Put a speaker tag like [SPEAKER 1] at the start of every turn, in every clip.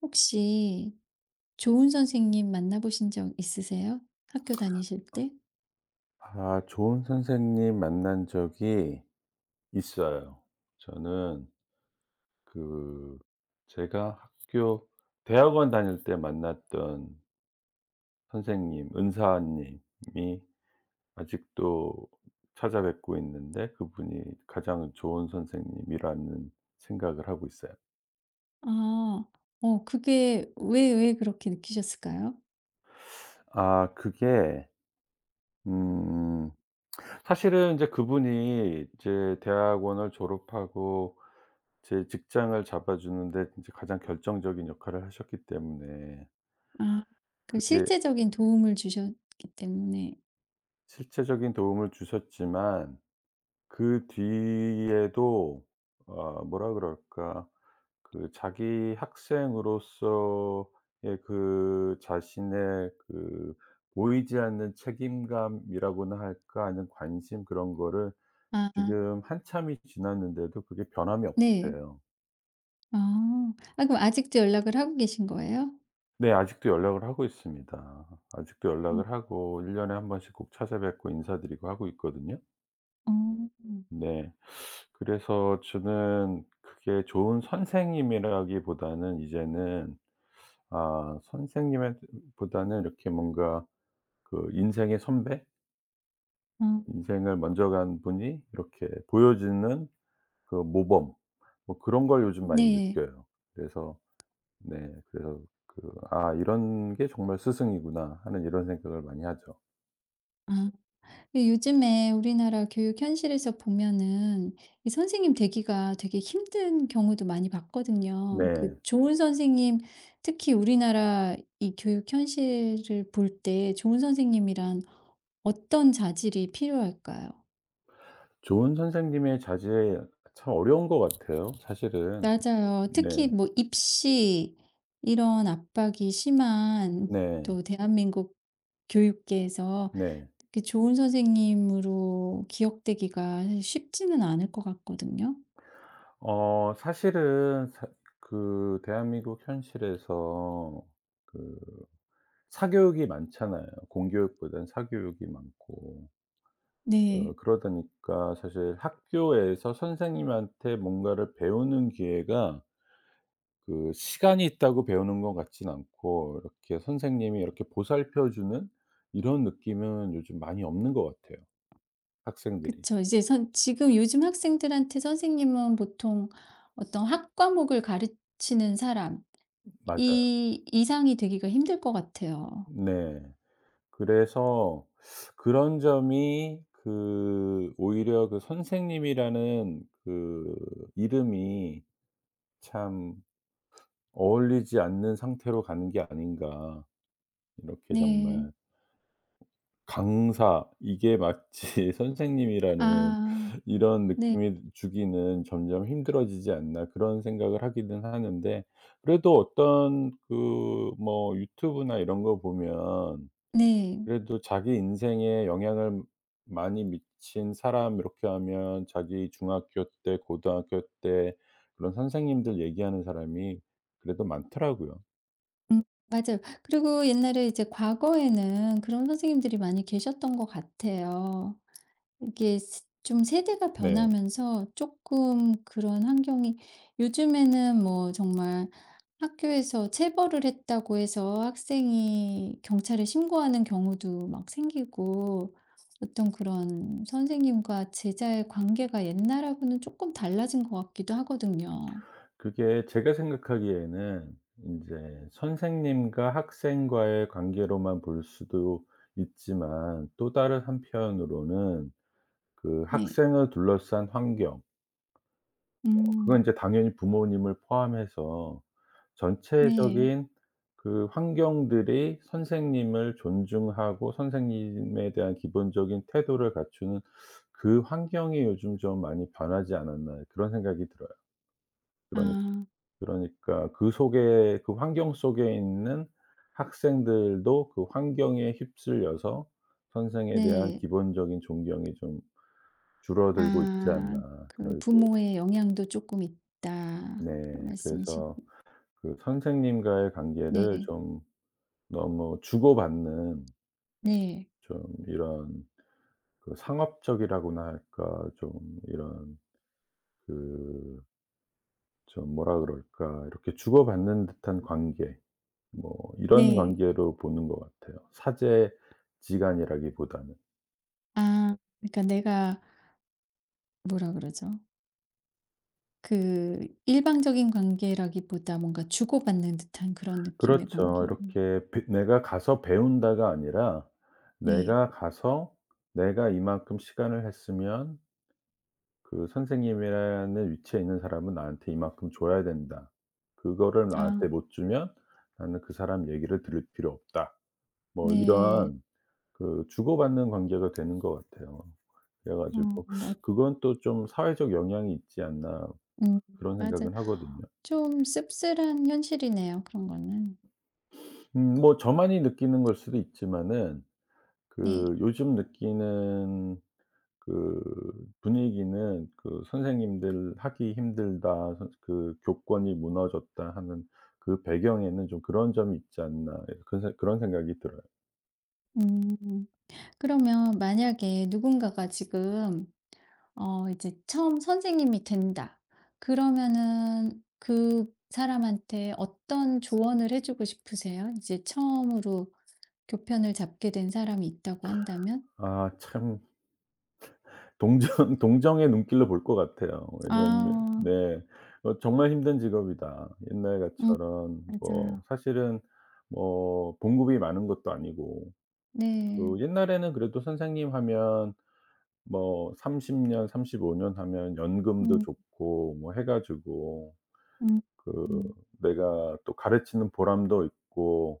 [SPEAKER 1] 혹시 좋은 선생님 만나보신 적 있으세요? 학교 다니실 때?
[SPEAKER 2] 아 좋은 선생님 만난 적이 있어요. 저는 그 제가 학교 대학원 다닐 때 만났던 선생님, 은사님이 아직도 찾아뵙고 있는데 그분이 가장 좋은 선생님이라는 생각을 하고 있어요.
[SPEAKER 1] 아. 그게 왜 그렇게 느끼셨을까요?
[SPEAKER 2] 아 그게 음 사실은 이제 그분이 이제 대학원을 졸업하고 제 직장을 잡아주는 데 이제 가장 결정적인 역할을 하셨기 때문에
[SPEAKER 1] 아, 그
[SPEAKER 2] 그게
[SPEAKER 1] 실제적인 도움을 주셨기 때문에.
[SPEAKER 2] 실체적인 도움을 주셨지만 그 뒤에도 뭐라 그럴까, 그 자기 학생으로서의 그 자신의 그 보이지 않는 책임감이라고나 할까, 아니면 관심 그런 거를
[SPEAKER 1] 아.
[SPEAKER 2] 지금 한참이 지났는데도 그게 변함이
[SPEAKER 1] 네.
[SPEAKER 2] 없으세요.
[SPEAKER 1] 아. 아, 그럼 아직도 연락을 하고 계신 거예요?
[SPEAKER 2] 네. 아직도 연락을 하고 있습니다. 아직도
[SPEAKER 1] 어.
[SPEAKER 2] 연락을 하고 1 년에 한 번씩 꼭 찾아뵙고 인사드리고 하고 있거든요.
[SPEAKER 1] 어.
[SPEAKER 2] 네. 그래서 저는 그게 좋은 선생님이라기보다는 이제는 아 선생님의 보다는 이렇게 뭔가 그 인생의 선배,
[SPEAKER 1] 어.
[SPEAKER 2] 인생을 먼저 간 분이 이렇게 보여주는 그 모범, 뭐 그런 걸 요즘 많이
[SPEAKER 1] 네.
[SPEAKER 2] 느껴요. 그래서 네. 그래서 그 '아 이런 게 정말 스승이구나.' 하는 이런 생각을 많이 하죠.
[SPEAKER 1] 아. 근데 요즘에 우리나라 교육 현실에서 보면은 이 선생님 되기가 되게 힘든 경우도 많이 봤거든요. 그
[SPEAKER 2] 네.
[SPEAKER 1] 좋은 선생님, 특히 우리나라 이 교육 현실을 볼 때 좋은 선생님이란 어떤 자질이 필요할까요?
[SPEAKER 2] 좋은 선생님의 자제 참 어려운 것 같아요 사실은.
[SPEAKER 1] 맞아요.
[SPEAKER 2] 네.
[SPEAKER 1] 특히 뭐 입시 이런 압박이 심한,
[SPEAKER 2] 네.
[SPEAKER 1] 또 대한민국 교육계에서
[SPEAKER 2] 네.
[SPEAKER 1] 이렇게 좋은 선생님으로 기억되기가 쉽지는 않을 것 같거든요.
[SPEAKER 2] 사실은 사 그 대한민국 현실에서 그 사교육이 많잖아요. 공교육보다는 사교육이 많고.
[SPEAKER 1] 네.
[SPEAKER 2] 그러다 보니까 사실 학교에서 선생님한테 뭔가를 배우는 기회가 그 시간이 있다고 배우는 것 같진 않고, 이렇게 선생님이 이렇게 보살펴 주는 이런 느낌은 요즘 많이 없는 것 같아요, 학생들이.
[SPEAKER 1] 그쵸. 이제 선 지금 요즘 학생들한테 선생님은 보통 어떤 학과목을 가르치는 사람,
[SPEAKER 2] 맞아요.
[SPEAKER 1] 이 이상이 되기가 힘들 것 같아요.
[SPEAKER 2] 네. 그래서 그런 점이 그 오히려 그 선생님이라는 그 이름이 참 어울리지 않는 상태로 가는 게 아닌가, 이렇게
[SPEAKER 1] 네.
[SPEAKER 2] 정말 강사 이게 마치 선생님이라는
[SPEAKER 1] 아
[SPEAKER 2] 이런
[SPEAKER 1] 네.
[SPEAKER 2] 느낌이 주기는 점점 힘들어지지 않나, 그런 생각을 하기는 하는데, 그래도 어떤 그 뭐 유튜브나 이런 거 보면
[SPEAKER 1] 네.
[SPEAKER 2] 그래도 자기 인생에 영향을 많이 미친 사람 이렇게 하면 자기 중학교 때 고등학교 때 그런 선생님들 얘기하는 사람이 그래도 많더라고요.
[SPEAKER 1] 음 맞아요. 그리고 옛날에 이제 과거에는 그런 선생님들이 많이 계셨던 것 같아요. 이게 스 좀 세대가
[SPEAKER 2] 네.
[SPEAKER 1] 변하면서 조금 그런 환경이. 요즘에는 뭐 정말 학교에서 체벌을 했다고 해서 학생이 경찰에 신고하는 경우도 막 생기고, 어떤 그런 선생님과 제자의 관계가 옛날하고는 조금 달라진 것 같기도 하거든요.
[SPEAKER 2] 그게 제가 생각하기에는 이제 선생님과 학생과의 관계로만 볼 수도 있지만, 또 다른 한편으로는 그
[SPEAKER 1] 네.
[SPEAKER 2] 학생을 둘러싼 환경,
[SPEAKER 1] 음.
[SPEAKER 2] 그건 이제 당연히 부모님을 포함해서
[SPEAKER 1] 네.
[SPEAKER 2] 전체적인 그 환경들이 선생님을 존중하고 선생님에 대한 기본적인 태도를 갖추는 그 환경이 요즘 좀 많이 변하지 않았나 그런 생각이 들어요. 그러까
[SPEAKER 1] 아
[SPEAKER 2] 그러니까 그 속에, 그 환경 속에 있는 학생들도 그 환경에 휩쓸려서 선생에 대한
[SPEAKER 1] 네.
[SPEAKER 2] 기본적인 존경이 좀 줄어들고 있지
[SPEAKER 1] 아,
[SPEAKER 2] 않나.
[SPEAKER 1] 그
[SPEAKER 2] 그리고
[SPEAKER 1] 부모의 영향도 조금 있다. 그런
[SPEAKER 2] 네.
[SPEAKER 1] 말씀이시.
[SPEAKER 2] 그래서 그 선생님과의 관계를
[SPEAKER 1] 네.
[SPEAKER 2] 좀 너무 주고받는,
[SPEAKER 1] 네.
[SPEAKER 2] 좀 이런 그 상업적이라고나 할까, 좀 이런 그 좀 뭐라 그럴까, 이렇게 주고받는 듯한 관계, 뭐 이런
[SPEAKER 1] 네.
[SPEAKER 2] 관계로 보는 것 같아요. 사제지간이라기보다는.
[SPEAKER 1] 아, 그러니까 내가 뭐라 그러죠? 그 일방적인 관계라기보다 뭔가 주고받는 듯한 그런 느낌의
[SPEAKER 2] 그렇죠.
[SPEAKER 1] 관계입니다.
[SPEAKER 2] 이렇게 배 내가 가서 배운다가 아니라,
[SPEAKER 1] 네.
[SPEAKER 2] 내가 가서 내가 이만큼 시간을 했으면 그 선생님이라는 위치에 있는 사람은 나한테 이만큼 줘야 된다, 그거를
[SPEAKER 1] 아
[SPEAKER 2] 나한테 못 주면 나는 그 사람 얘기를 들을 필요 없다, 뭐
[SPEAKER 1] 네.
[SPEAKER 2] 이런 그 주고받는 관계가 되는 것 같아요. 그래 가지고
[SPEAKER 1] 뭐
[SPEAKER 2] 그건 또 좀 사회적 영향이 있지 않나,
[SPEAKER 1] 음
[SPEAKER 2] 그런
[SPEAKER 1] 맞아.
[SPEAKER 2] 생각은 하거든요.
[SPEAKER 1] 좀 씁쓸한 현실이네요, 그런 거는.
[SPEAKER 2] 뭐 저만이 느끼는 걸 수도 있지만은,
[SPEAKER 1] 네.
[SPEAKER 2] 그 요즘 느끼는 그 분위기는 그 '선생님들 하기 힘들다. 선 그 교권이 무너졌다.' 하는 그 배경에는 좀 그런 점이 있지 않나, 예 그런 생각이 들어요.
[SPEAKER 1] 음 그러면 만약에 누군가가 지금 이제 처음 선생님이 된다. 그러면은 그 사람한테 어떤 조언을 해 주고 싶으세요? 이제 처음으로 교편을 잡게 된 사람이 있다고 한다면?
[SPEAKER 2] 아 참, 동정 동정의 눈길로 볼 것 같아요. 왜냐하면
[SPEAKER 1] 아.
[SPEAKER 2] 네. '정말 힘든 직업이다.' 옛날
[SPEAKER 1] 음
[SPEAKER 2] 같처럼, 뭐
[SPEAKER 1] 맞아요.
[SPEAKER 2] 사실은 뭐 봉급이 많은 것도 아니고,
[SPEAKER 1] 네.
[SPEAKER 2] 그 옛날에는 그래도 선생님 하면 뭐 30년 35년 하면 연금도
[SPEAKER 1] 음
[SPEAKER 2] 좋고 뭐 해 가지고
[SPEAKER 1] 음
[SPEAKER 2] 그
[SPEAKER 1] 음.
[SPEAKER 2] 내가 또 가르치는 보람도 있고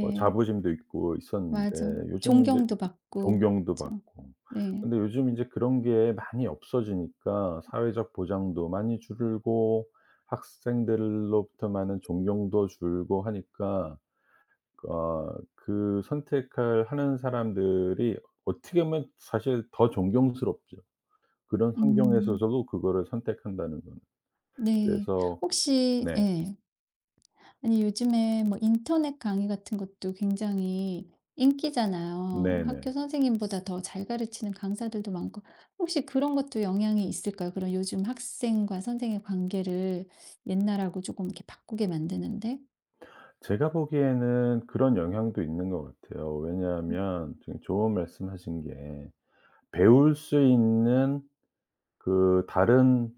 [SPEAKER 2] 뭐 자부심도 있고
[SPEAKER 1] 맞아.
[SPEAKER 2] 있었는데, 요즘 인제
[SPEAKER 1] 존경도 받고 그
[SPEAKER 2] 존경도
[SPEAKER 1] 죠
[SPEAKER 2] 받고.
[SPEAKER 1] 네.
[SPEAKER 2] 근데 요즘 인제 그런 게 많이 없어지니까 사회적 보장도 많이 줄고 학생들로부터 많은 존경도 줄고 하니까 어 그 선택할 하는 사람들이 어떻게 보면 사실 더 존경스럽죠. 그런 환경에서
[SPEAKER 1] 음
[SPEAKER 2] 도 그거를 선택한다는 거는.
[SPEAKER 1] 네.
[SPEAKER 2] 그래서
[SPEAKER 1] 혹시.
[SPEAKER 2] 네.
[SPEAKER 1] 예. 아니 요즘에 뭐 인터넷 강의 같은 것도 굉장히 인기잖아요. 학교
[SPEAKER 2] 네네.
[SPEAKER 1] 선생님보다 더 잘 가르치는 강사들도 많고. 혹시 그런 것도 영향이 있을까요? 그런, 요즘 학생과 선생의 관계를 옛날하고 조금 이렇게 바꾸게 만드는데?
[SPEAKER 2] 제가 보기에는 그런 영향도 있는 것 같아요.
[SPEAKER 1] 음
[SPEAKER 2] 왜냐하면 지금 좋은 말씀하신 게, 배울 수 있는 그 다른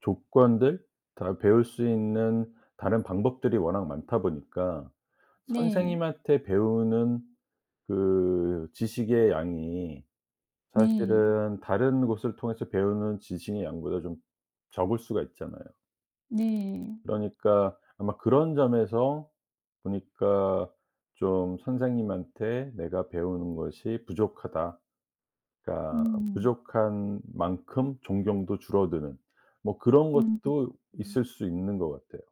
[SPEAKER 2] 조건들, 다 배울 수 있는 다른 방법들이 워낙 많다 보니까
[SPEAKER 1] 네.
[SPEAKER 2] 선생님한테 배우는 그 지식의 양이
[SPEAKER 1] 네.
[SPEAKER 2] 사실은 다른 곳을 통해서 배우는 지식의 양보다 좀 적을 수가 있잖아요.
[SPEAKER 1] 네.
[SPEAKER 2] 그러니까 아마 그런 점에서 보니까 좀 '선생님한테 내가 배우는 것이 부족하다.' 그러니까
[SPEAKER 1] 음.
[SPEAKER 2] 부족한 만큼 존경도 줄어드는 뭐 그런
[SPEAKER 1] 음.
[SPEAKER 2] 것도 있을 수 있는 것 같아요.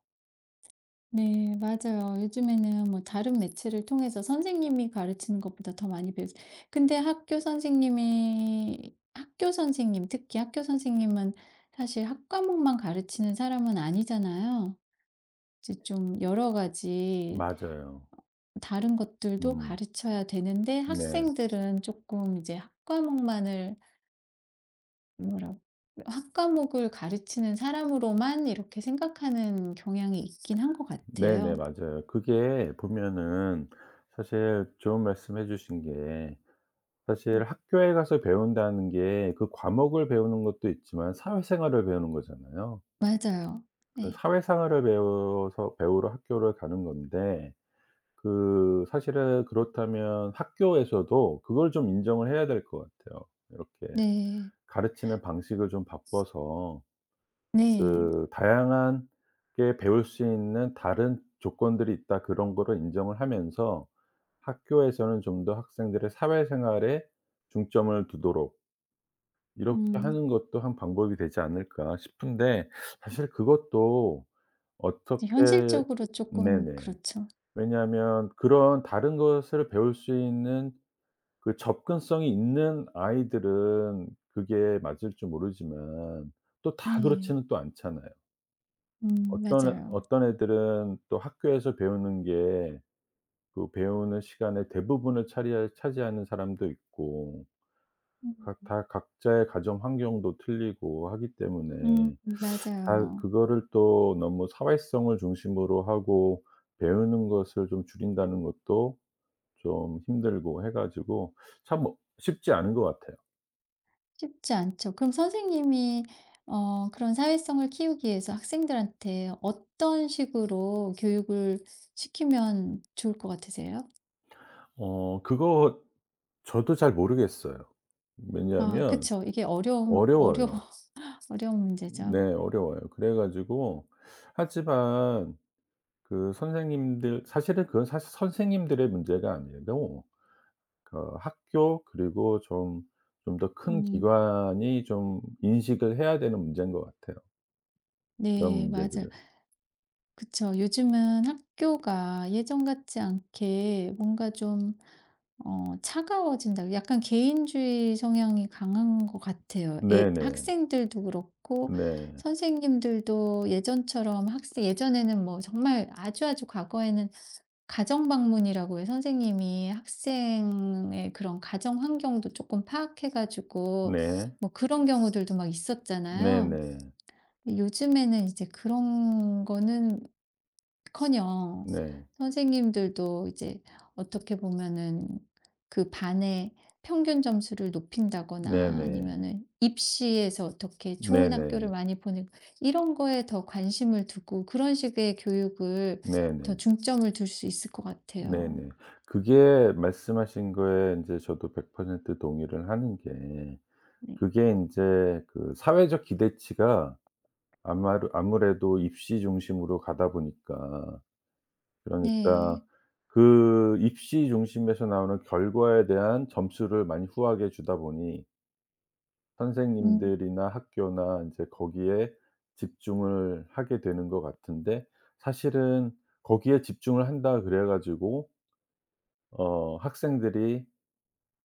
[SPEAKER 1] 네. 맞아요. 요즘에는 뭐 다른 매체를 통해서 선생님이 가르치는 것보다 더 많이 배우. 근데 학교 선생님, 특히 학교 선생님은 사실 학과목만 가르치는 사람은 아니잖아요. 이제 좀 여러 가지
[SPEAKER 2] 맞아요.
[SPEAKER 1] 다른 것들도
[SPEAKER 2] 음.
[SPEAKER 1] 가르쳐야 되는데
[SPEAKER 2] 네.
[SPEAKER 1] 학생들은 조금 이제 학과목만을. 뭐라 학 과목을 가르치는 사람으로만 이렇게 생각하는 경향이 있긴 한 것 같아요.
[SPEAKER 2] 네네. 맞아요. 그게 보면은, 사실 좋은 말씀해 주신 게,
[SPEAKER 1] 음
[SPEAKER 2] 사실 학교에 가서 배운다는 게 그 과목을 배우는 것도 있지만 사회생활을 배우는 거잖아요.
[SPEAKER 1] 맞아요.
[SPEAKER 2] 그
[SPEAKER 1] 네.
[SPEAKER 2] 사회생활을 배워서, 배우러 학교를 가는 건데 그 사실은 그렇다면 학교에서도 그걸 좀 인정을 해야 될 것 같아요. 이렇게
[SPEAKER 1] 네.
[SPEAKER 2] 가르치는 방식을 좀 바꿔서
[SPEAKER 1] 네.
[SPEAKER 2] 그 다양한 게 배울 수 있는 다른 조건들이 있다, 그런 거를 인정을 하면서 학교에서는 좀 더 학생들의 사회생활에 중점을 두도록 이렇게
[SPEAKER 1] 음.
[SPEAKER 2] 하는 것도 한 방법이 되지 않을까 싶은데, 사실 그것도 어떻게.
[SPEAKER 1] 현실적으로 쪼끔
[SPEAKER 2] 네네.
[SPEAKER 1] 그렇죠.
[SPEAKER 2] 왜냐하면 그런 다른 것을 배울 수 있는 그 접근성이 있는 아이들은 그게 맞을지 모르지만, 또 다
[SPEAKER 1] 네.
[SPEAKER 2] 그렇지는 또 않잖아요. 어떤
[SPEAKER 1] 맞아요.
[SPEAKER 2] 어떤 애들은 또 학교에서 배우는 게 그 배우는 시간의 대부분을 차리하 차지하는 사람도 있고,
[SPEAKER 1] 음.
[SPEAKER 2] 각 다 각자의 가정 환경도 틀리고 하기
[SPEAKER 1] 음
[SPEAKER 2] 때문에 잘
[SPEAKER 1] 맞아요.
[SPEAKER 2] 그거를 또 너무 사회성을 중심으로 하고 배우는 것을 좀 줄인다는 것도 좀 힘들고 해 가지고 참 쉽지 않은 것 같아요.
[SPEAKER 1] 쉽지 않죠. 그럼 선생님이 그런 사회성을 키우기 위해서 학생들한테 어떤 식으로 교육을 시키면 좋을 것 같으세요?
[SPEAKER 2] 그거 저도 잘 모르겠어요.
[SPEAKER 1] 아
[SPEAKER 2] 왜냐하면
[SPEAKER 1] 그쵸. 이게 어려움 어려운
[SPEAKER 2] 어려워요.
[SPEAKER 1] 어려운
[SPEAKER 2] 네
[SPEAKER 1] 문제죠.
[SPEAKER 2] 어려워요. 그래 가지고 하지만 그 선생님들, 사실은 그건 사실 선생님들의 문제가 아니고 그 학교 그리고 좀 더 큰
[SPEAKER 1] 음.
[SPEAKER 2] 기관이 좀 인식을 해야 되는 문제인 것 같아요, 그런
[SPEAKER 1] 네, 맞아요.
[SPEAKER 2] 문제들은.
[SPEAKER 1] 그쵸. 요즘은 학교가 예전 같지 않게 뭔가 좀 차가워진다. 약간 개인주의 성향이 강한 것 같아요. 애
[SPEAKER 2] 네네.
[SPEAKER 1] 학생들도 그렇고
[SPEAKER 2] 네.
[SPEAKER 1] 선생님들도 예전처럼 학생 예전에는 뭐 정말 아주 아주 과거에는 가정 방문이라고 해 선생님이 학생의 그런 가정 환경도 조금 파악해 가지고
[SPEAKER 2] 네.
[SPEAKER 1] 뭐 그런 경우들도 막 있었잖아요.
[SPEAKER 2] 네네.
[SPEAKER 1] 요즘에는 이제 그런 거는커녕
[SPEAKER 2] 네.
[SPEAKER 1] 선생님들도 이제 어떻게 보면은 그 반의 평균 점수를 높인다거나
[SPEAKER 2] 네네.
[SPEAKER 1] 아니면은 입시에서 어떻게 좋은 학교를
[SPEAKER 2] 네네.
[SPEAKER 1] 많이 보내고 이런 거에 더 관심을 두고 그런 식의 교육을 더
[SPEAKER 2] 네네.
[SPEAKER 1] 중점을 둘 수 있을 것 같아요.
[SPEAKER 2] 네네. 그게 말씀하신 거에 인제 저도 100% 동의를 하는 게,
[SPEAKER 1] 네.
[SPEAKER 2] 그게 인제 그 사회적 기대치가 아마르 아무래도 입시 중심으로 가다 보니까,
[SPEAKER 1] 네.
[SPEAKER 2] 그러니까 그 입시 중심에서 나오는 결과에 대한 점수를 많이 후하게 주다 보니
[SPEAKER 1] 음.
[SPEAKER 2] 선생님들이나 학교나 인제 거기에 집중을 하게 되는 것 같은데, 사실은 거기에 집중을 한다 그래 가지고 학생들이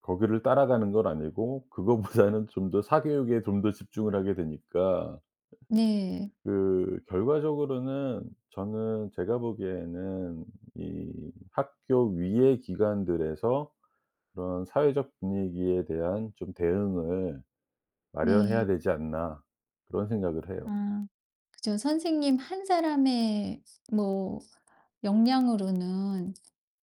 [SPEAKER 2] 거기를 따라가는 건 아니고 그거보다는 좀 더 사교육에 좀 더 집중을 하게 되니까,
[SPEAKER 1] 네.
[SPEAKER 2] 그 결과적으로는 저는, 제가 보기에는 이 학교 위의 기관들에서 그런 사회적 분위기에 대한 좀 대응을 마련해야
[SPEAKER 1] 네.
[SPEAKER 2] 되지 않나, 그런 생각을 해요.
[SPEAKER 1] 아. 그죠. 선생님 한 사람의 뭐 역량으로는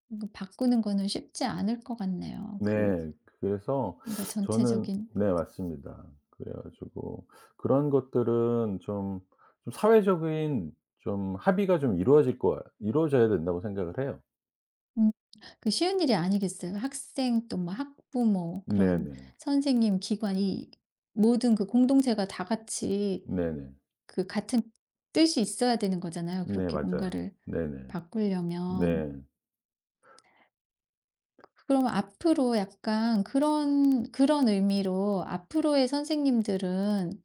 [SPEAKER 1] 뭔가 바꾸는 거는 쉽지 않을 것 같네요. 그
[SPEAKER 2] 네. 그래서
[SPEAKER 1] 뭔가
[SPEAKER 2] 저는
[SPEAKER 1] 전체적인.
[SPEAKER 2] 네 맞습니다. 그래 가지고 그런 것들은 좀, 좀 사회적인 좀 합의가 좀 이루어질 거 이루어져야 된다고 생각을 해요.
[SPEAKER 1] 음 그 쉬운 일이 아니겠어요. 학생 또 뭐 학부모 그런
[SPEAKER 2] 네네.
[SPEAKER 1] 선생님, 기관, 이 모든 그 공동체가 다 같이
[SPEAKER 2] 네네.
[SPEAKER 1] 그 같은 뜻이 있어야 되는 거잖아요.
[SPEAKER 2] 네
[SPEAKER 1] 그렇게
[SPEAKER 2] 맞아요.
[SPEAKER 1] 뭔가를
[SPEAKER 2] 네네.
[SPEAKER 1] 바꾸려면.
[SPEAKER 2] 네.
[SPEAKER 1] 그럼 앞으로 약간 그런 의미로 앞으로의 선생님들은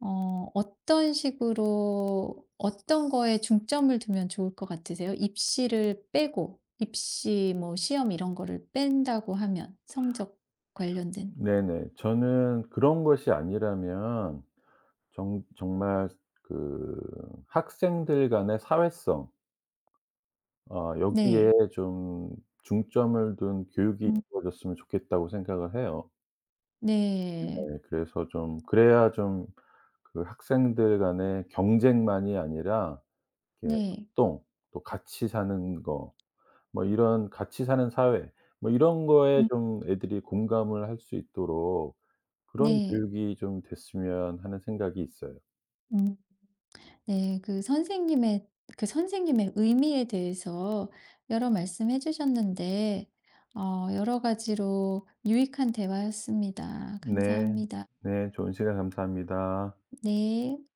[SPEAKER 1] 어떤 식으로 어떤 거에 중점을 두면 좋을 것 같으세요? 입시를 빼고 입시 뭐 시험 이런 거를 뺀다고 하면, 성적
[SPEAKER 2] 저
[SPEAKER 1] 관련된.
[SPEAKER 2] 네네. 저는 그런 것이 아니라면 정 정말 그 학생들 간의 사회성, 여기에
[SPEAKER 1] 네.
[SPEAKER 2] 좀 중점을 둔 교육이
[SPEAKER 1] 음
[SPEAKER 2] 이루어졌으면 좋겠다고 생각을 해요.
[SPEAKER 1] 네.
[SPEAKER 2] 네. 그래서 좀 그래야 좀 그 학생들 간의 경쟁만이 아니라 이렇게
[SPEAKER 1] 네.
[SPEAKER 2] 협동, 또 같이 사는 거 뭐 이런 같이 사는 사회, 뭐 이런 거에
[SPEAKER 1] 음
[SPEAKER 2] 좀 애들이 공감을 할 수 있도록 그런
[SPEAKER 1] 네.
[SPEAKER 2] 교육이 좀 됐으면 하는 생각이 있어요.
[SPEAKER 1] 음 네. 그 선생님의 의미에 대해서 여러 말씀해 주셨는데 여러 가지로 유익한 대화였습니다.
[SPEAKER 2] 네.
[SPEAKER 1] 감사합니다.
[SPEAKER 2] 네. 좋은 시간 감사합니다.
[SPEAKER 1] 네.